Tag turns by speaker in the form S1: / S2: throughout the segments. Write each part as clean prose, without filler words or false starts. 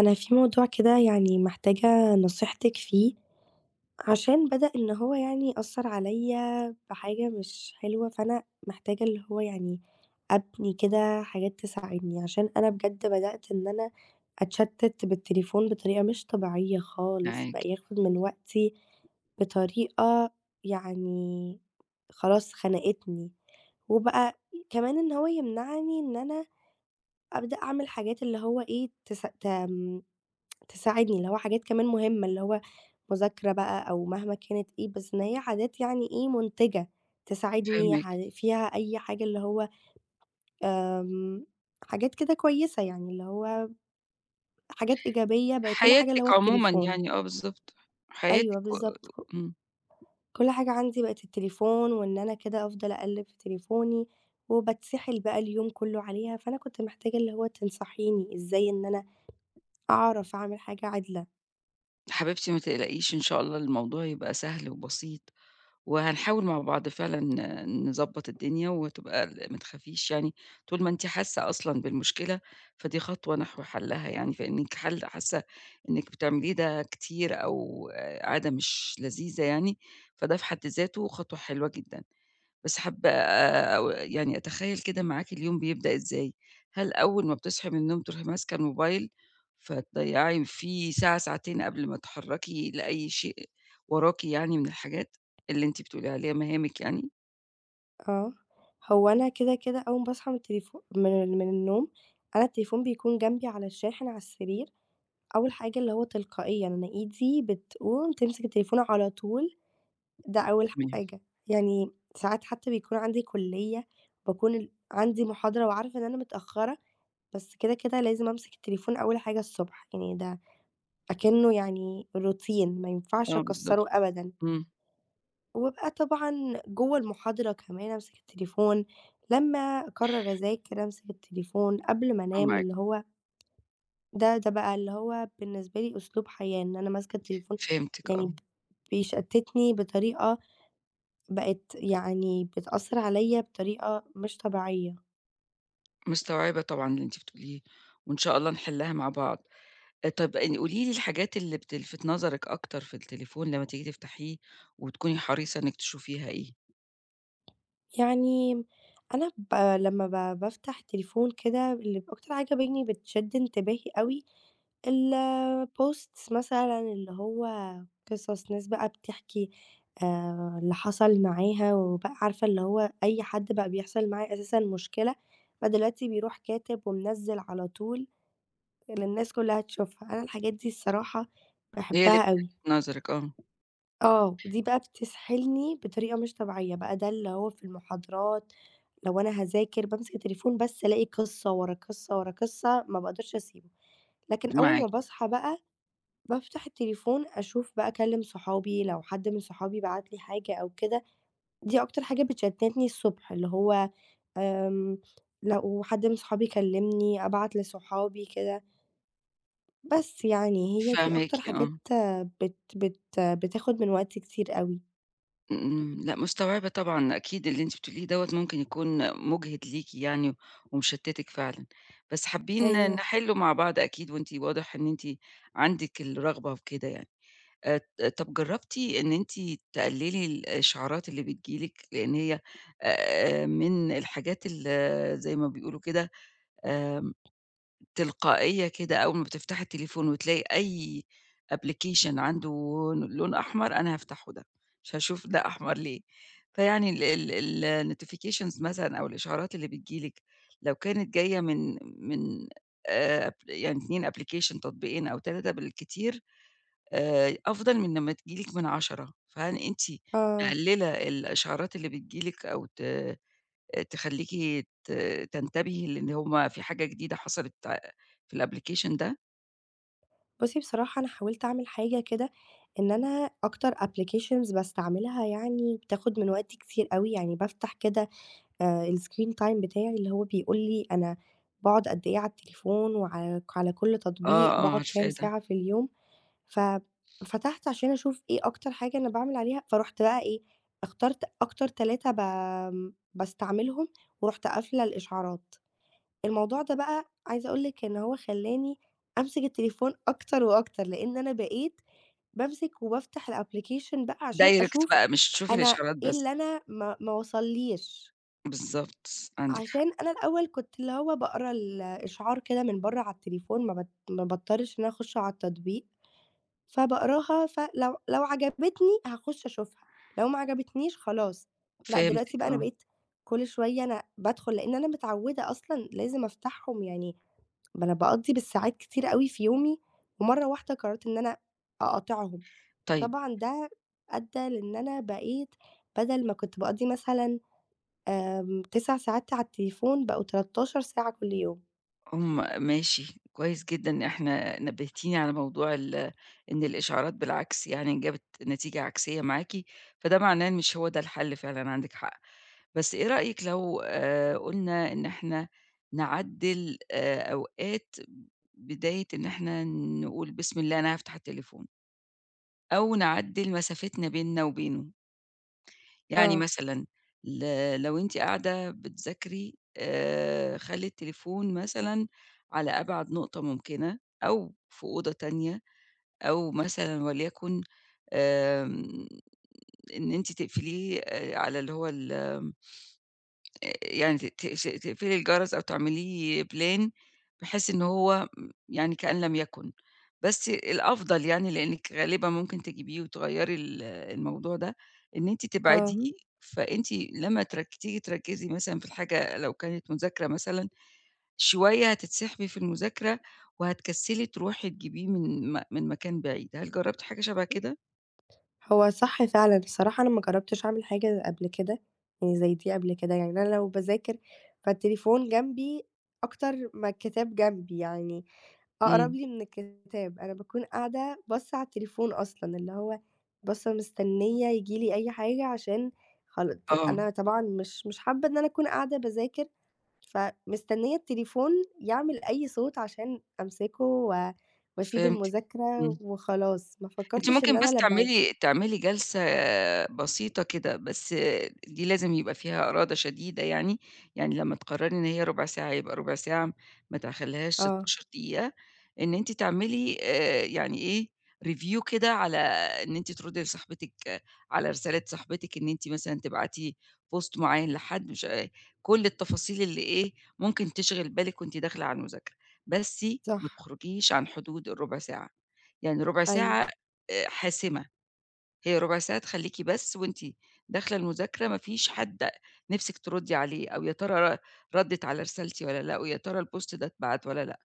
S1: أنا في موضوع كده يعني محتاجة نصيحتِك فيه، عشان بدأ إن هو يعني يأثّر عليّا بحاجة مش حلوة، فأنا محتاجة اللي هو يعني أبني كده حاجات تساعدني، عشان أنا بجد بدأت إن أنا أتشتت بالتليفون بطريقة مش طبيعية خالص،
S2: معاكِ،
S1: بقى ياخد من وقتي بطريقة يعني خلاص خنقتني، وبقى كمان إن هو يمنعني إن أنا أبدأ أعمل حاجات اللي هو إيه تس تم تساعدني، اللي هو حاجات كمان مهمة، اللي هو مذاكرة بقى أو مهما كانت إيه، بس إن هي عادات يعني إيه، مُنتِجة تساعدني
S2: فاهماكِ.
S1: فيها أي حاجة اللي هو آمم، حاجات كده كويسة يعني، اللي هو حاجات إيجابية بقى كل حاجة
S2: حياتِك
S1: اللي هو
S2: عمومًا
S1: التليفون.
S2: يعني، آه بالضبط.
S1: أيوه
S2: حياتِك و
S1: بالضبط،
S2: إمم.
S1: كل حاجة عندي بقت التليفون، وإن أنا كده أفضل أقلِّب في تليفوني، وباتسحل بقى اليوم كُلّه عليها، فأنا كنت محتاجة اللي هو تنصحيني إزاي إن أنا أعرف أعمل حاجة عادلة.
S2: حبيبتي ما تقلقيش إن شاء الله الموضوع يبقى سهل وبسيط، وهنحاول مع بعض فعلًا نضبّط الدنيا وتبقى ما تخافيش يعني، طول ما أنتِ حاسة أصلًا بالمشكلة، فدي خطوة نحو حلّها يعني، فإنِّك حاسة إنِّك بتعمليه ده كتير أو عادة مش لذيذة يعني، فده في حد ذاته خطوة حلوة جدًا. بس حابة يعني أتخيّل كده معاكِ اليوم بيبدأ إزاي؟ هل أول ما بتصحي من النوم تروحي ماسكة الموبايل، فتضيّعي فيه ساعة، ساعتين قبل ما تتحرّكي لأي شيء وراكِ يعني من الحاجات اللي أنتِ بتقولي عليها مهامِك يعني؟
S1: آه. هو أنا كده، أول ما باصحى من التليفو من من النوم، أنا التليفون بيكون جنبي على الشاحن على السرير، أول حاجة اللي هو تلقائيًا أنا إيدي بتقوم تمسك التليفون على طول، ده أول
S2: تمام.
S1: حاجة. يعني ساعات حتى بيكون عندي كلية، باكون عندي محاضرة وعارفة إن أنا متأخرة، بس كده، لازم أمسك التليفون أول حاجة الصبح، يعني ده أكنه يعني روتين ما ينفعش
S2: آه بالضبط،
S1: أكسره أبدًا.
S2: إمم،
S1: وبابقى طبعًا جوّه المحاضرة كمان أمسك التليفون، لمّا أقرر أذاكر أمسك التليفون، قبل ما
S2: آه
S1: أنام
S2: معاكِ،
S1: اللي هو ده بقى اللي هو بالنسبة لي أسلوب حياة، إن أنا ماسكة التليفون
S2: فهمتِك
S1: يعني
S2: آه،
S1: بيشتتني بطريقة بقت يعني بتأثّر عليَّ بطريقة مش طبيعية.
S2: مستوعبة طبعًا اللي أنتِ بتقوليه وإن شاء الله نحلّها مع بعض. طَب قولي لي الحاجات اللي بتلفت نظرِك أكتر في التليفون لمّا تيجي تفتحيه وتكوني حريصة إنِّك تشوفيها إيه؟
S1: يعني أنا لمّا بافتح تليفون كده اللي أكتر حاجة بيني بتشد انتباهي أوي الposts مثلًا اللي هو قصص ناس بقى بتحكي اللي حصل معاها، وبقى عارفة اللي هو أي حد بقى بيحصل معاه أساسًا مشكلة، فدلوقتي بيروح كاتب ومنزّل على طول للناس كلها تشوفها، أنا الحاجات دي الصراحة
S2: هي اللي
S1: باحبها أوي.
S2: بتلفت نظرِك آه،
S1: آه، دي بقى بتسحلني بطريقة مش طبيعية، بقى ده اللي هو في المحاضرات لو أنا هاذاكر بامسك التليفون بس ألاقي قصة ورا قصة ورا قصة ما باقدرش أسيبه، لكن أول
S2: معاكِ،
S1: ما باصحى بقى بافتح التليفون أشوف بقى أكلم صحابي لو حد من صحابي بعت لي حاجة أو كده، دي أكتر حاجة بتشتتني الصبح، اللي هو آمم، لو حد من صحابي كلمني أبعت لصحابي كده، بس يعني هي دي
S2: فاهماكِ
S1: أكتر حاجات
S2: آه،
S1: آه، بت بت بتاخد من وقتي كتير أوي.
S2: إمم، إمم، لأ مستوعبة طبعًا أكيد اللي أنتِ بتقوليه دوّة ممكن يكون مُجهِد ليكِ يعني ومشتتِك فعلًا، بس حابين
S1: أيوه،
S2: نحلّه مع بعض أكيد وأنتِ واضح إن أنتِ عندِك الرغبة في كده يعني. آآ، طَب جرّبتِ إن أنتِ تقللي الإشعارات اللي بتيجي لِك؟ لإن هي من الحاجات زي ما بيقولوا كده آآ تلقائية كده أول ما بتفتحي التليفون وتلاقي أي application عنده لون أحمر، أنا هافتحه ده، مش هاشوف ده أحمر ليه. فيعني ال ال ال الnotifications مثلًا أو الإشعارات اللي بتيجي لِك لو كانت جاية من أب يعني 2 application تطبيقين أو 3 بالكتير أفضل من لمّا تيجي لِك من 10، فهل أنتِ
S1: آه.
S2: مقللة الإشعارات اللي بتيجي لِك أو تخلّيكِ ت تنتبهي لإن هُم في حاجة جديدة حصلت في الapplication ده؟
S1: بُصّي، بصراحة أنا حاولت أعمل حاجة كده، إن أنا أكتر applications باستعملها يعني بتاخد من وقتي كتير أوي، يعني بافتح كده الscreen time بتاعي اللي هو بيقول لي أنا باقعد قد إيه على التليفون وعلى كل
S2: آه،
S1: تطبيق
S2: آه،
S1: باقعد كام
S2: عارفاه ده.
S1: ساعة في اليوم، ففتحت عشان أشوف إيه أكتر حاجة أنا باعمل عليها، فرُحت بقى إيه، اخترت أكتر 3 باستعملهم ورُحت قافلة الإشعارات. الموضوع ده بقى عايزة أقول لِك إن هو خلّاني أمسك التليفون أكتر وأكتر، لإن أنا بقيت بامسك وبافتح الapplication بقى عشان
S2: direct
S1: أشوف
S2: بقى مش تشوفي
S1: أنا
S2: الإشعارات
S1: إيه
S2: بس.
S1: اللي أنا ما وصلّيش،
S2: بالضبط، عندِك حق.
S1: عشان أنا الأول كنت اللي هو باقرا الإشعار كده من برّه على التليفون ما باضطرش إن أنا أخش على التطبيق، فباقراها فلو عجبتني هاخش أشوفها، لو ما عجبتنيش خلاص، لأ دلوقتي
S2: فهمتِك
S1: بقى أنا
S2: آه.
S1: بقيت كل شوية أنا بادخل لإن أنا متعودة أصلًا لازم أفتحهم يعني ما أنا باقضّي بالساعات كتير أوي في يومي، ومرّة واحدة قررت إن أنا أقاطعهم،
S2: طيب.
S1: فطبعًا ده أدّى لإن أنا بقيت بدل ما كنت باقضّي مثلًا 9 ساعات على التليفون، بقوا 13 ساعة كل يوم.
S2: هم، ماشي، كويس جدًا ان إحنا نبّهتيني على موضوع إن الإشعارات بالعكس يعني جابت نتيجة عكسية معاكِ، فده معناه إن مش هو ده الحل فعلًا، عندِك حق. بس إيه رأيك لو قُلنا إن إحنا نعدّل أوقات بداية إن إحنا نقول بسم الله أنا هافتح التليفون، أو نعدّل مسافتنا بيننا وبينه، يعني
S1: آه،
S2: مثلًا ل لو أنتِ قاعدة بتذاكري خلّي التليفون مثلًا على أبعد نقطة ممكنة، أو في أوضة تانية، أو مثلًا وليكن آمم إن أنتِ تقفليه على اللي هو ال يعني ت ت ش تقفلي الجرس أو تعمليه plan بحيث إن هو يعني كأن لم يكن. بس الأفضل يعني لإنِّك غالبًا ممكن تجيبيه وتغيّري الموضوع ده، إن أنتِ
S1: آه.
S2: تبعديه، فأنتِ لمّا تيجي تركّزي مثلًا في الحاجة لو كانت مذاكرة مثلًا، شوية هتتسحبي في المذاكرة وهتكسّلي تروحي تجيبيه من مكان بعيد. هل جرّبتِ حاجة شَبه كده؟
S1: هو صح فعلًا، الصراحة أنا ما جرّبتش أعمل حاجة قبل كده، يعني زي دي قبل كده، يعني أنا لو باذاكر فالتليفون جنبي أكتر ما الكتاب جنبي يعني. أقرب
S2: إمم،
S1: لي من الكتاب، أنا باكون قاعدة باصة على التليفون أصلًا، اللي هو باصة مستنية ييجي لي أي حاجة عشان خل ت
S2: آه،
S1: أنا طبعًا مش حابة إن أنا أكون قاعدة باذاكر، فمستنية التليفون يعمل أي صوت عشان أمسكه و وأسيب
S2: فهمتِك. إمم.
S1: المذاكرة وخلاص، ما
S2: أنتِ
S1: فكرتش إن
S2: ممكن
S1: أنا
S2: بس
S1: لمّا
S2: تعملي جلسة بسيطة كده، بس دي لازم يبقى فيها إرادة شديدة يعني، يعني لمّا تقرري إن هي ربع ساعة يبقى ربع ساعة، ما تخلّيهاش
S1: آه،
S2: 16 دقيقة، إن أنتِ تعملي يعني إيه review كده على إن أنتِ تردي لصاحبتِك آه، على رسالة صاحبتِك إن أنتِ مثلًا تبعتي post معيّن لحد مش كل التفاصيل اللي إيه ممكن تشغل بالِك وأنتِ داخلة على المذاكرة، بس
S1: صح،
S2: ما تخرجيش عن حدود الربع ساعة، يعني ربع
S1: أيوه،
S2: ساعة حاسمة، هي ربع ساعة تخلّيكِ بس وأنتِ داخلة المذاكرة ما فيش حد نِفْسِك تردّي عليه، أو يا ترى ردِّت على رسالتي والّا لأ، ويا ترى الpost ده اتبعت والّا لأ،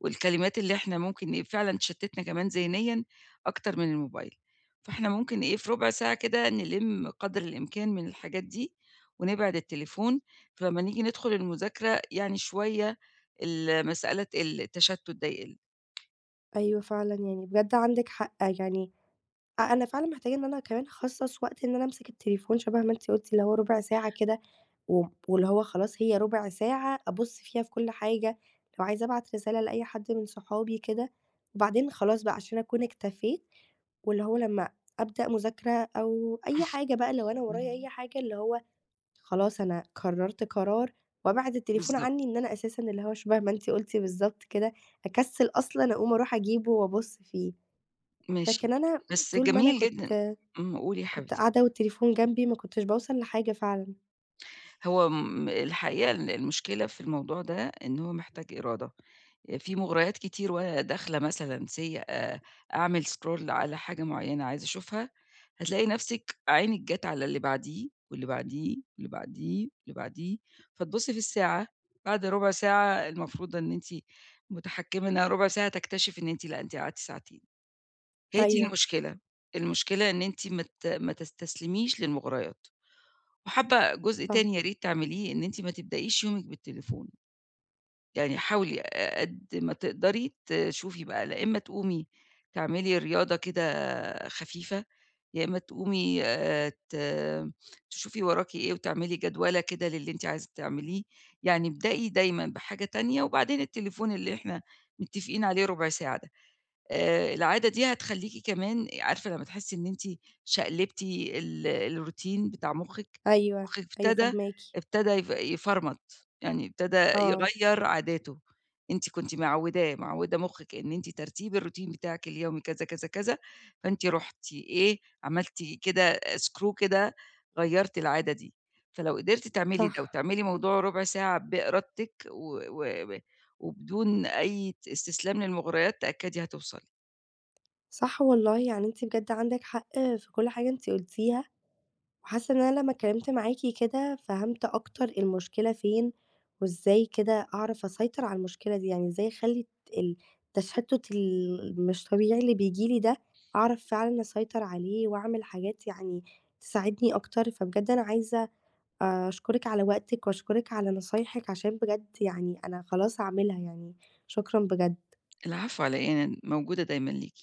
S2: والكلمات اللي إحنا ممكن إيه فعلًا تشتِّتنا كمان ذهنيًا أكتر من الموبايل، فإحنا ممكن إيه في ربع ساعة كده نلِم قدر الإمكان من الحاجات دي، ونبعد التليفون، فلمّا نيجي ندخل المذاكرة يعني شوية المسألة تقِل، التشتُّت ده يقِل.
S1: أيوه فعلًا يعني بجد عندِك حق، يعني أنا فعلًا محتاجة إن أنا كمان أخصص وقت إن أنا أمسك التليفون شبه ما أنتِ قُلتِ، اللي هو ربع ساعة كده واللي هو خلاص هي ربع ساعة أبُص فيها في كل حاجة، لو عايزة أبعت رسالة لأي حد من صحابي كده، وبعدين خلاص بقى عشان أكون اكتفيت، واللي هو لمّا أبدأ مذاكرة أو أي حاجة بقى لو أنا ورايا
S2: إمم.
S1: أي حاجة، اللي هو خلاص أنا قررت قرار وأبعد التليفون عني،
S2: بالضبط.
S1: إن أنا أساسًا اللي هو شبه ما أنتِ قُلتِ بالضبط كده، أكسّل أصلًا أقوم أروح أجيبه وأبُص فيه،
S2: ماشي،
S1: لكن أنا
S2: بس
S1: طول ما أنا
S2: جميل جدًا.
S1: كنت
S2: إمم، قولي يا
S1: كنت
S2: حبيبتي.
S1: قاعدة والتليفون جنبي ما كنتش باوصل لحاجة فعلًا.
S2: هو الحقيقة المشكلة في الموضوع ده إن هو محتاج إرادة. في مُغريات كتير وأنا داخلة مثلًا say أعمل scroll على حاجة معيّنة عايزة أشوفها، هتلاقي نَفْسِك عينِك جات على اللي بعديه واللي بعديه واللي بعديه واللي بعديه، فتبُصّي في الساعة، بعد رُبع ساعة المفروض إن أنتِ متحكّمة إنها رُبع ساعة، تكتشفي إن أنتِ لأ، أنتِ قعدتِ ساعتين. هي دي
S1: أيوه،
S2: المشكلة، المشكلة إن أنتِ ما تستسلميش للمغريات، وحابة جزء تاني
S1: صح.
S2: يا ريت تعمليه إن أنتِ ما تبدأيش يومِك بالتليفون، يعني حاولي قد ما تقدري تشوفي بقى لا إما تقومي تعملي رياضة كده خفيفة، يا إما تقومي تشوفي وراكِ إيه وتعملي جدولة كده للي أنتِ عايزة تعمليه، يعني ابدئي دايمًا بحاجة تانية وبعدين التليفون اللي إحنا متفقين عليه ربع ساعة ده. العادة دي هتخلّيكِ كمان عارفة لمّا تحسّي إن أنتِ شقلبتِ الروتين بتاع مُخِّك،
S1: أيوه،
S2: مُخِّك
S1: أيوه
S2: ابتدى
S1: فاهماكِ،
S2: ابتدى يفرمط، يعني ابتدى
S1: آه،
S2: يغيّر عاداته، أنتِ كنتِ معوّدة مُخِّك إن أنتِ ترتيب الروتين بتاعِك اليومي كذا، كذا، كذا، فأنتِ رُحتِ إيه، عملتِ كده screw كده غيّرتِ العادة دي، فلو قدرتِ تعملي
S1: صح،
S2: ده وتعملي موضوع رُبع ساعة بإرادتِك و وبدون أي استسلام للمغريات تأكّدي هتوصلي.
S1: صح والله يعني أنتِ بجد عندِك حق في كل حاجة أنتِ قُلتيها، وحاسة إن أنا لمّا اتكلمت معاكِ كده فهمت أكتر المشكلة فين، وإزاي كده أعرف أسيطر على المشكلة دي، يعني إزاي أخلّي ال التشتت مش طبيعي اللي بييجي لي ده، أعرف فعلًا أسيطر عليه وأعمل حاجات يعني تساعدني أكتر، فبجد أنا عايزة أشكرِك على وقتِك وأشكرِك على نصايحِك عشان بجد يعني أنا خلاص هاعملها يعني، شكرًا بجد.
S2: العفو على إيه، أنا موجودة دايمًا ليكِ.